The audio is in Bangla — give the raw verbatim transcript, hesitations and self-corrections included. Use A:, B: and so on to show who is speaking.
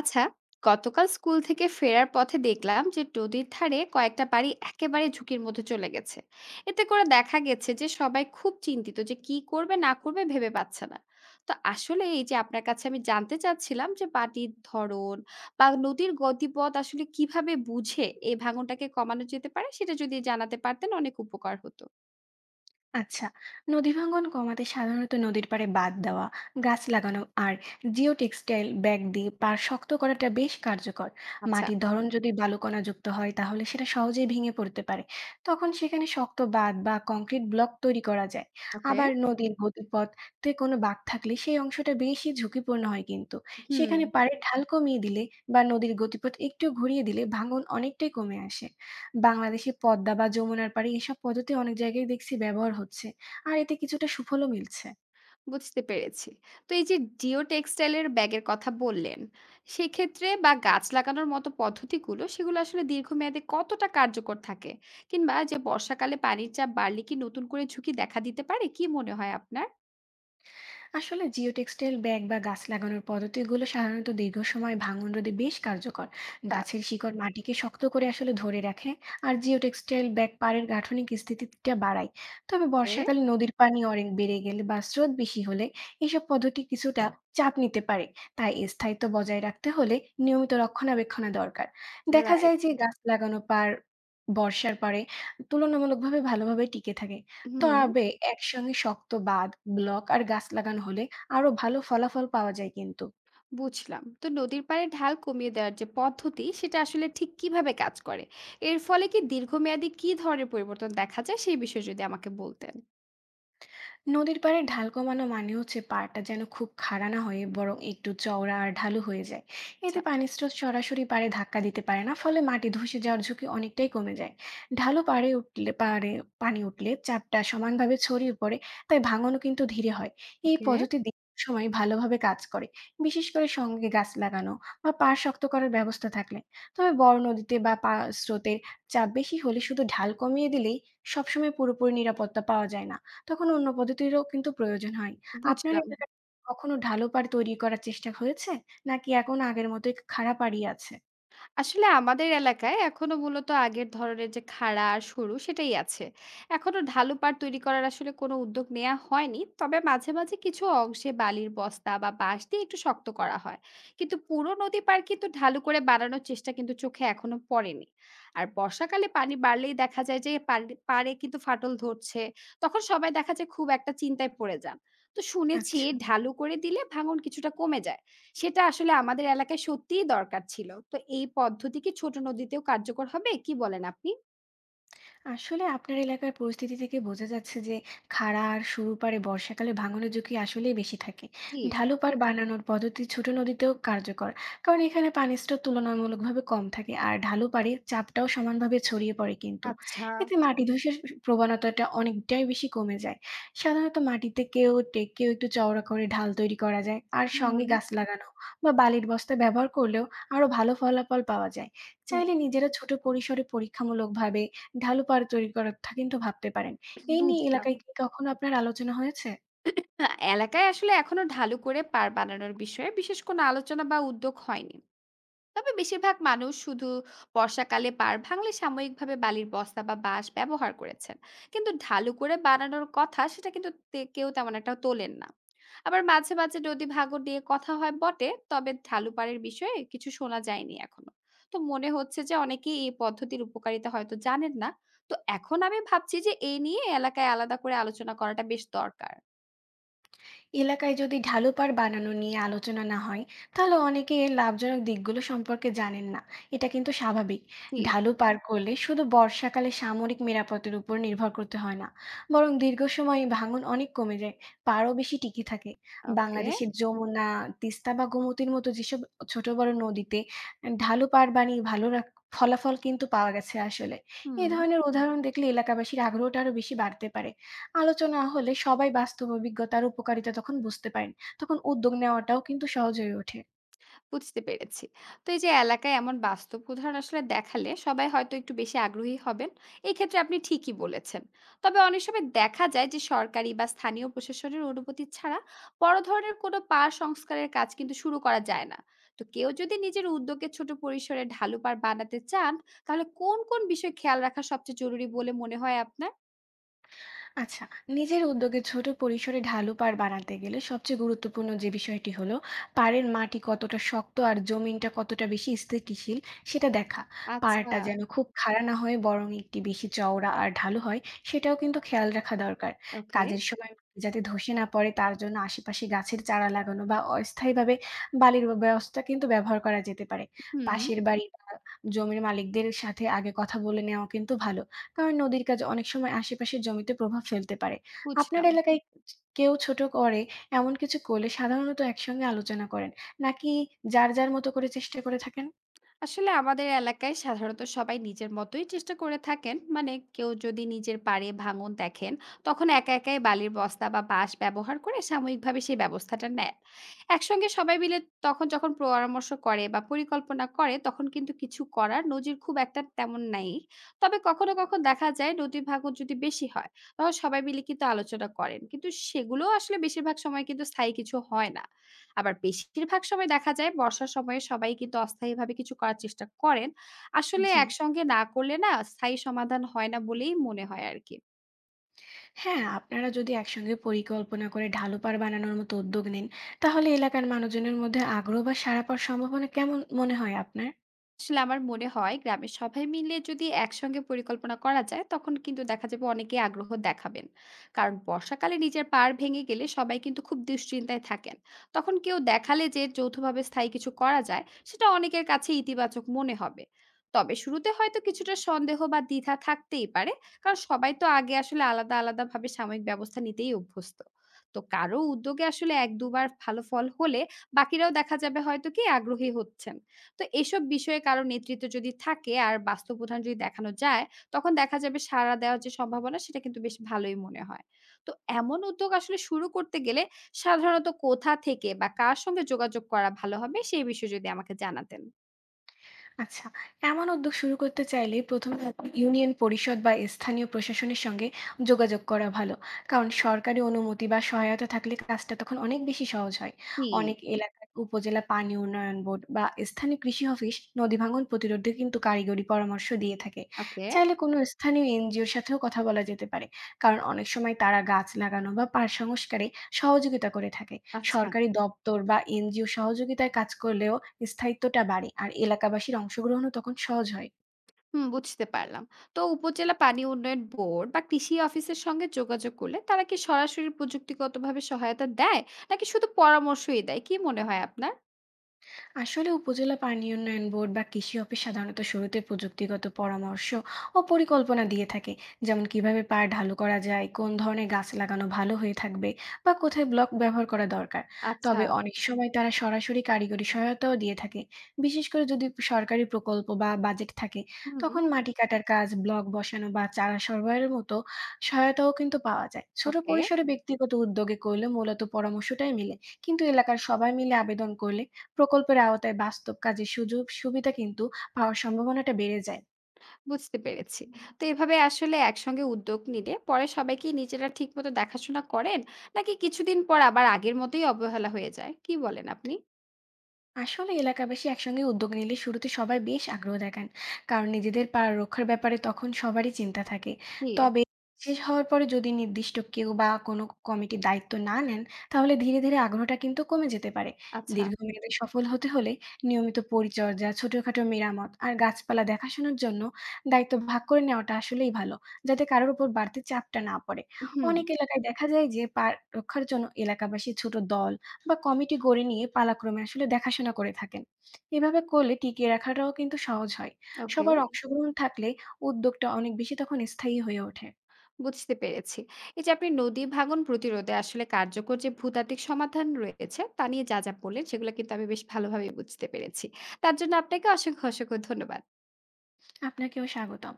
A: আচ্ছা। গতকাল স্কুল থেকে ফেরার পথে দেখলাম যে নদীর ধারে কয়েকটা বাড়ি একেবারে ঝুঁকির মধ্যে চলে গেছে। এতে করে দেখা গেছে যে সবাই খুব চিন্তিত, যে কি করবে না করবে ভেবে পাচ্ছে না। তো আসলে এই যে আপনার কাছে আমি জানতে চাচ্ছিলাম যে বাটির ধরন বা নদীর গতিপথ আসলে কিভাবে বুঝে এই ভাঙনটাকে কমানো যেতে পারে, সেটা যদি জানাতে পারতেন অনেক উপকার হতো।
B: আচ্ছা। নদী ভাঙ্গন কমাতে সাধারণত নদীর পাড়ে বাঁধ দেওয়া, গাছ লাগানো আর জিও টেক্সটাইল ব্যাগ দিয়ে পাড় শক্ত করাটা বেশ কার্যকর।
A: আচ্ছা।
B: মাটির ধরন, হুম যদি বালুকণা যুক্ত হয় তাহলে সেটা সহজেই ভেঙে পড়তে পারে। তখন সেখানে শক্ত বাঁধ বা কংক্রিট ব্লক তৈরি করা যায়।
A: ওকে।
B: আবার নদীর গতিপথে কোনো বাঁক থাকলে সেই অংশটা বেশি ঝুঁকিপূর্ণ হয়, কিন্তু
A: হুম।
B: সেখানে পাড়ে ঢাল কমিয়ে দিলে বা নদীর গতিপথ একটু ঘুরিয়ে দিলে ভাঙন অনেকটাই কমে আসে। বাংলাদেশে পদ্মা বা যমুনার পাড়ে এসব পদ্ধতি অনেক জায়গায় দেখছি ব্যবহার হচ্ছে। আর এতে কিছুটা সুফলও মিলছে।
A: বুঝতে পেরেছি। তো এই যে জিও টেক্সটাইল এর ব্যাগের কথা বললেন, সেক্ষেত্রে বা গাছ লাগানোর মতো পদ্ধতিগুলো সেগুলো আসলে দীর্ঘমেয়াদে কতটা কার্যকর থাকে? কিংবা যে বর্ষাকালে পানির চাপ বাড়লে কি নতুন করে ঝুঁকি দেখা দিতে পারে? কি মনে হয় আপনার?
B: আসলে জিওটেক্সটাইল ব্যাগ বা গাছ লাগানোর পদ্ধতিগুলো সাধারণত দীর্ঘ সময় ভাঙন রোধে বেশ কার্যকর। গাছের শিকড় মাটিকে শক্ত করে আসলে ধরে রাখে, আর জিওটেক্সটাইল ব্যাগ পাড়ের গাঠনিক স্থিতিটা বাড়ায়। তবে
A: ওকে।
B: বর্ষাকালে নদীর পানি অনেক বেড়ে গেলে বা স্রোত বেশি হলে এসব পদ্ধতি কিছুটা চাপ নিতে পারে। তাই স্থায়িত্ব বজায় রাখতে হলে নিয়মিত রক্ষণাবেক্ষণা দরকার। দেখা
A: রাইট।
B: যায় যে গাছ লাগানো পার বর্ষার পরে তুলনামূলকভাবে ভালোভাবে টিকে থাকে।
A: হুম।
B: তবে একসঙ্গে শক্ত বাঁধ, ব্লক আর গাছ লাগানো হলে আরো ভালো ফলাফল পাওয়া যায় কিন্তু।
A: বুঝলাম। তো নদীর পাড়ে ঢাল কমিয়ে দেওয়ার যে পদ্ধতি সেটা আসলে ঠিক কিভাবে কাজ করে? এর ফলে কি দীর্ঘমেয়াদী কি ধরনের পরিবর্তন দেখা যায় সেই বিষয়ে যদি আমাকে বলতেন?
B: নদীর পাড়ে ঢাল কমানো মানে হচ্ছে পাড়টা যেন খুব খাড়া না হয়ে বরং একটু চওড়া আর ঢালু হয়ে যায়।
A: আচ্ছা।
B: এতে পানির স্রোত সরাসরি পাড়ে ধাক্কা দিতে পারে না, ফলে মাটি ধসে যাওয়ার ঝুঁকি অনেকটাই কমে যায়। ঢালু পাড়ে উঠলে পাড়ে পানি উঠলে চাপটা সমানভাবে ছড়িয়ে পড়ে, তাই ভাঙনও কিন্তু ধীরে হয়। এই
A: ওকে।
B: পদ্ধতি দীর্ঘ সময় ভালোভাবে কাজ করে, বিশেষ করে সঙ্গে গাছ লাগানো বা পাড় শক্ত করার ব্যবস্থা থাকলে। তবে বড় নদীতে বা পা- স্রোতের চাপ বেশি হলে শুধু ঢাল কমিয়ে দিলেই সবসময় পুরোপুরি নিরাপত্তা পাওয়া যায় না, তখন অন্য পদ্ধতিরও কিন্তু প্রয়োজন হয়। আপনার
A: বুঝলাম।
B: এলাকায় কখনো ঢালু পাড় তৈরি করার চেষ্টা হয়েছে? নাকি এখন আগের মতোই খাড়া পাড়ই আছে?
A: আসলে আমাদের এলাকায় এখনো মূলত আগের ধরনের যে খাড়া আর সরু সেটাই আছে। এখনো ঢালু পাড় তৈরি করার আসলে কোনো উদ্যোগ নেওয়া হয়নি, তবে মাঝে মাঝে কিছু অংশে বালির বস্তা বা বাঁশ দিয়ে একটু শক্ত করা হয়। কিন্তু পুরো নদী পাড় কিন্তু ঢালু করে বানানোর চেষ্টা কিন্তু চোখে এখনো পড়েনি। আর বর্ষাকালে পানি বাড়লেই দেখা যায় যে পাড়- পাড়ে কিন্তু ফাটল ধরছে। তখন সবাই দেখা যায় খুব একটা চিন্তায় পড়ে যান। তো শুনেছি
B: আচ্ছা।
A: ঢালু করে দিলে ভাঙন কিছুটা কমে যায়। সেটা আসলে আমাদের এলাকায় সত্যিই দরকার ছিল। তো এই পদ্ধতি কি ছোট নদীতেও কার্যকর হবে? কি বলেন আপনি?
B: আসলে আপনার এলাকার পরিস্থিতি থেকে বোঝা যাচ্ছে যে খাড়া আর সরু পাড়ে বর্ষাকালে ভাঙনের ঝুঁকি আসলেই বেশি থাকে।
A: জি।
B: ঢালু পাড় বানানোর পদ্ধতি ছোট নদীতেও কার্যকর, কারণ এখানে পানির স্তর তুলনামূলকভাবে কম থাকে আর ঢালু পাড়ে চাপটাও সমানভাবে ছড়িয়ে পড়ে কিন্তু।
A: আচ্ছা।
B: এতে মাটি ধসের প্রবণতাটা অনেকটাই বেশি কমে যায়। সাধারণত মাটিতে কেউ টেকেও একটু চওড়া করে ঢাল তৈরি করা যায়, আর সঙ্গে
A: হুম।
B: গাছ লাগানো বা বালির বস্তা ব্যবহার করলেও আরো ভালো ফলাফল পাওয়া যায়।
A: উম,
B: চাইলে নিজেরা ছোট পরিসরে পরীক্ষামূলকভাবে ঢালু পাড় তৈরি করার কথা কিন্তু ভাবতে পারেন। এই নিয়ে
A: বুঝলাম।
B: এলাকায় কি কখনো আপনার আলোচনা হয়েছে?
A: এলাকায় আসলে এখনো ঢালু করে পার বানানোর বিষয়ে বিশেষ কোনো আলোচনা বা উদ্যোগ হয়নি। তবে বেশিরভাগ মানুষ শুধু বর্ষাকালে পাড় ভাঙলে সাময়িকভাবে বালির বস্তা বা বাঁশ ব্যবহার করেছেন। কিন্তু ঢালু করে বানানোর কথা সেটা কিন্তু তে- কেউ তেমন একটা তোলেন না। আবার মাঝে মাঝে নদী ভাঙন নিয়ে কথা হয় বটে, তবে ঢালু পাড়ের বিষয়ে কিছু শোনা যায়নি এখনো। তো মনে হচ্ছে যে অনেকেই এই পদ্ধতির উপকারিতা হয়তো জানেন না। তো এখন আমি ভাবছি যে এই নিয়ে এলাকায় আলাদা করে আলোচনা করাটা বেশ দরকার।
B: এলাকায় যদি ঢালু পাড় বানানো নিয়ে আলোচনা না হয় তাহলে অনেকে এর লাভজনক দিকগুলো সম্পর্কে জানেন না, এটা কিন্তু স্বাভাবিক। ঢালু পার করলে শুধু বর্ষাকালে সামরিক নিরাপত্তার উপর নির্ভর করতে হয় না, বরং দীর্ঘ সময় ভাঙন অনেক কমে যায়, পাড়ও বেশি টিকে থাকে।
A: ওকে।
B: বাংলাদেশের যমুনা, তিস্তা বা গোমতীর মতো যেসব ছোট বড় নদীতে ঢালু পাড় বানিয়ে ভালো রাখ- ফলাফল কিন্তু পাওয়া গেছে আসলে। এই
A: হুম।
B: ধরনের উদাহরণ দেখলে এলাকাবাসীর আগ্রহটা আরো বেশি বাড়তে পারে। আলোচনা হলে সবাই বাস্তব অভিজ্ঞতার উপকারিতা তখন বুঝতে পারেন। তখন উদ্যোগ নেওয়াটাও কিন্তু সহজ হয়ে ওঠে।
A: বুঝতে পেরেছি। তো এই যে এলাকায় এমন বাস্তব উদাহরণ আসলে দেখালে সবাই হয়তো একটু বেশি আগ্রহী হবেন। এই ক্ষেত্রে আপনি ঠিকই বলেছেন। তবে অনেক সময় দেখা যায় যে সরকারি বা স্থানীয় প্রশাসনের অনুমতি ছাড়া বড় ধরনের কোনো পাড় সংস্কারের কাজ কিন্তু শুরু করা যায় না। তো কেউ যদি নিজের উদ্যোগে ছোট পরিসরে ঢালু পাড় বানাতে চান, তাহলে কোন, কোন বিষয় খেয়াল রাখা সবচেয়ে জরুরি বলে মনে হয় আপনার?
B: আচ্ছা, নিজের উদ্যোগে ছোট পরিসরে ঢালু পাড় বানাতে গেলে সবচেয়ে গুরুত্বপূর্ণ যে বিষয়টি হলো, পাড়ের মাটি কতটা শক্ত আর জমিনটা কতটা বেশি স্থিতিশীল সেটা দেখা।
A: আচ্ছা।
B: পাড়টা যেন খুব খাড়া না হয়ে বরং একটি বেশি চওড়া আর ঢালু হয়, সেটাও কিন্তু খেয়াল রাখা দরকার।
A: ওকে।
B: কাজের সময় মাটি যাতে ধসে না পড়ে তার জন্য আশেপাশে গাছের চারা লাগানো বা অস্থায়ীভাবে বালির ব ব্যবস্থা কিন্তু ব্যবহার করা যেতে পারে।
A: হুম।
B: পাশের বাড়ি বা জমির মালিকদের সাথে আগে কথা বলে নেওয়া কিন্তু ভালো। কারণ নদীর কাজ অনেক সময় আশেপাশের জমিতে প্রভাব ফেলতে পারে। আপনার
A: বুঝলাম।
B: এলাকায় কেউ ছোট করে এমন কিছু করলে সাধারণত একসঙ্গে আলোচনা করেন, নাকি যার যার মতো করে চেষ্টা করে থাকেন?
A: আসলে আমাদের এলাকায় সাধারণত সবাই নিজের মতোই চেষ্টা করে থাকেন, মানে কেউ যদি নিজের পাড়ে ভাঙন দেখেন তখন একা একাই বালির বস্তা বা বাঁশ ব্যবহার করে সাময়িকভাবে সেই ব্যবস্থাটা নেন। একসঙ্গে সবাই মিলে তখন যখন পরামর্শ করে বা পরিকল্পনা করে তখন কিন্তু কিছু করার নজির খুব একটা তেমন নাই। তবে কখনো কখনো দেখা যায় নদীর ভাঙন যদি বেশি হয় তখন সবাই মিলে কিন্তু আলোচনা করেন, কিন্তু সেগুলো আসলে বেশিরভাগ সময় কিন্তু স্থায়ী কিছু হয় না। আবার বেশিরভাগ সময় দেখা যায় বর্ষার সময়ে সবাই কিন্তু অস্থায়ীভাবে কিছু করার চেষ্টা করেন। আসলে
B: জি,
A: একসঙ্গে না করলে না স্থায়ী সমাধান হয় না বলেই মনে হয় আরকি।
B: হ্যাঁ। আপনারা যদি একসঙ্গে পরিকল্পনা করে ঢালু পাড় বানানোর মতো উদ্যোগ নেন তাহলে এলাকার মানুষজনের মধ্যে আগ্রহ বা সাড়া পাওয়ার সম্ভাবনা কেমন মনে হয় আপনার?
A: আসলে আমার মনে হয় গ্রামের সবাই মিলে যদি একসঙ্গে পরিকল্পনা করা যায় তখন কিন্তু দেখা যাবে অনেকেই আগ্রহ দেখাবেন। কারণ বর্ষাকালে নিজের পাড় ভেঙে গেলে সবাই কিন্তু খুব দুশ্চিন্তায় থাকেন। তখন কেউ দেখালে যে যৌথভাবে স্থায়ী কিছু করা যায় সেটা অনেকের কাছে ইতিবাচক মনে হবে। তবে শুরুতে হয়তো কিছুটা সন্দেহ বা দ্বিধা থাকতেই পারে, কারণ সবাই তো আগে আসলে আলাদা আলাদা ভাবে সাময়িক ব্যবস্থা নিতেই অভ্যস্ত। তো কারো উদ্যোগে আসলে এক দুবার ভালো ফল হলে বাকিরাও দেখা যাবে হয়তো কি আগ্রহী হচ্ছেন। তো এসব বিষয়ে কারো নেতৃত্ব যদি থাকে আর বাস্তব উদাহরণ যদি দেখানো যায়, তখন দেখা যাবে সাড়া দেওয়ার যে সম্ভাবনা সেটা কিন্তু বেশ ভালোই মনে হয়। তো এমন উদ্যোগ আসলে শুরু করতে গেলে সাধারণত কোথা থেকে বা কার সঙ্গে যোগাযোগ করা ভালো হবে সেই বিষয়ে যদি আমাকে জানাতেন।
B: আচ্ছা, এমন উদ্যোগ শুরু করতে চাইলে প্রথম এ আপনি ইউনিয়ন পরিষদ বা স্থানীয় প্রশাসনের সঙ্গে যোগাযোগ করা ভালো। কারণ সরকারি অনুমতি বা সহায়তা থাকলে কাজটা তখন অনেক বেশি সহজ হয়।
A: জি।
B: অনেক এলাকায় উপজেলা পানি উন্নয়ন বোর্ড বা স্থানীয় কৃষি অফিস নদী ভাঙন প্রতিরোধে কিন্তু কারিগরি পরামর্শ দিয়ে থাকে।
A: ওকে।
B: চাইলে কোনো স্থানীয় এনজিওর সাথেও কথা বলা যেতে পারে। কারণ অনেক সময় তারা গাছ লাগানো বা পাড় সংস্কারে সহযোগিতা করে থাকে।
A: আচ্ছা।
B: সরকারি দপ্তর বা এনজিও সহযোগিতায় কাজ করলেও স্থায়িত্বটা বাড়ে আর এলাকাবাসীর অংশগ্রহণও তখন সহজ হয়।
A: হুম। বুঝতে পারলাম। তো উপজেলা পানি উন্নয়ন বোর্ড বা কৃষি অফিসের সঙ্গে যোগাযোগ করলে তারা কি সরাসরি প্রযুক্তিগতভাবে সহায়তা দেয়, নাকি শুধু পরামর্শই দেয়? কি মনে হয় আপনার?
B: আসলে উপজেলা পানি উন্নয়ন বোর্ড বা কৃষি অফিস সাধারণত শুরুতে প্রযুক্তিগত পরামর্শ ও পরিকল্পনা দিয়ে থাকে, যেমন কিভাবে পাড় ঢালু করা যায়, কোন ধরনের গাছ লাগানো ভালো হয়ে থাকবে, বা কোথায় ব্লক ব্যবহার করা দরকার।
A: আচ্ছা।
B: তবে অনেক সময় তারা সরাসরি কারিগরি সহায়তাও দিয়ে থাকে, বিশেষ করে যদি সরকারি প্রকল্প বা বাজেট থাকে।
A: হুম।
B: তখন মাটি কাটার কাজ, ব্লক বসানো বা চারা সরবরাহের মতো সহায়তাও কিন্তু পাওয়া যায়। ছোট
A: ওকে।
B: পরিসরে ব্যক্তিগত উদ্যোগে করলে মূলত পরামর্শটাই মিলে, কিন্তু এলাকার সবাই মিলে আবেদন করলে প্রকল্পের আওতায় বাস্তব কাজের সুযোগ সুবিধা কিন্তু পাওয়ার সম্ভাবনাটা বেড়ে যায়।
A: বুঝতে পেরেছি। তো এভাবে আসলে একসঙ্গে উদ্যোগ নিলে পরে সবাই কি নিজেরা ঠিকমতো দেখাশোনা করেন? নাকি কিছুদিন পর আবার আগের মতোই অবহেলা হয়ে যায়? কি বলেন আপনি?
B: আসলে এলাকাবাসী একসঙ্গে উদ্যোগ নিলে শুরুতে সবাই বেশ আগ্রহ দেখান, কারণ নিজেদের পাড়া রক্ষার ব্যাপারে তখন সবারই চিন্তা থাকে।
A: জি।
B: তবে শেষ হওয়ার পরে যদি নির্দিষ্ট কেউ বা কোনো কমিটি দায়িত্ব না নেন তাহলে ধীরে ধীরে আগ্রহটা কিন্তু কমে যেতে পারে।
A: আচ্ছা।
B: দীর্ঘমেয়াদে সফল হতে হলে নিয়মিত পরিচর্যা, ছোটখাটো মেরামত আর গাছপালা দেখাশোনার জন্য দায়িত্ব ভাগ করে নেওয়াটা আসলেই ভালো, যাতে কারোর উপর বাড়তি চাপটা না পড়ে।
A: হুম।
B: অনেক এলাকায় দেখা যায় যে পার রক্ষার জন্য এলাকাবাসী ছোট দল বা কমিটি গড়ে নিয়ে পালাক্রমে আসলে দেখাশোনা করে থাকেন। এভাবে করলে টিকিয়ে রাখাটাও কিন্তু সহজ হয়।
A: ওকে।
B: সবার অংশগ্রহণ থাকলে উদ্যোগটা অনেক বেশি তখন স্থায়ী হয়ে ওঠে।
A: বুঝতে পেরেছি। এই যে আপনি নদী ভাঙন প্রতিরোধে আসলে কার্যকর যে ভূতাত্ত্বিক সমাধান রয়েছে, তা নিয়ে যা, যা বললেন সেগুলো কিন্তু আমি বেশ ভালোভাবেই বুঝতে পেরেছি। তার জন্য আপনাকে অসংখ্য, অসংখ্য ধন্যবাদ।
B: আপনাকেও স্বাগতম।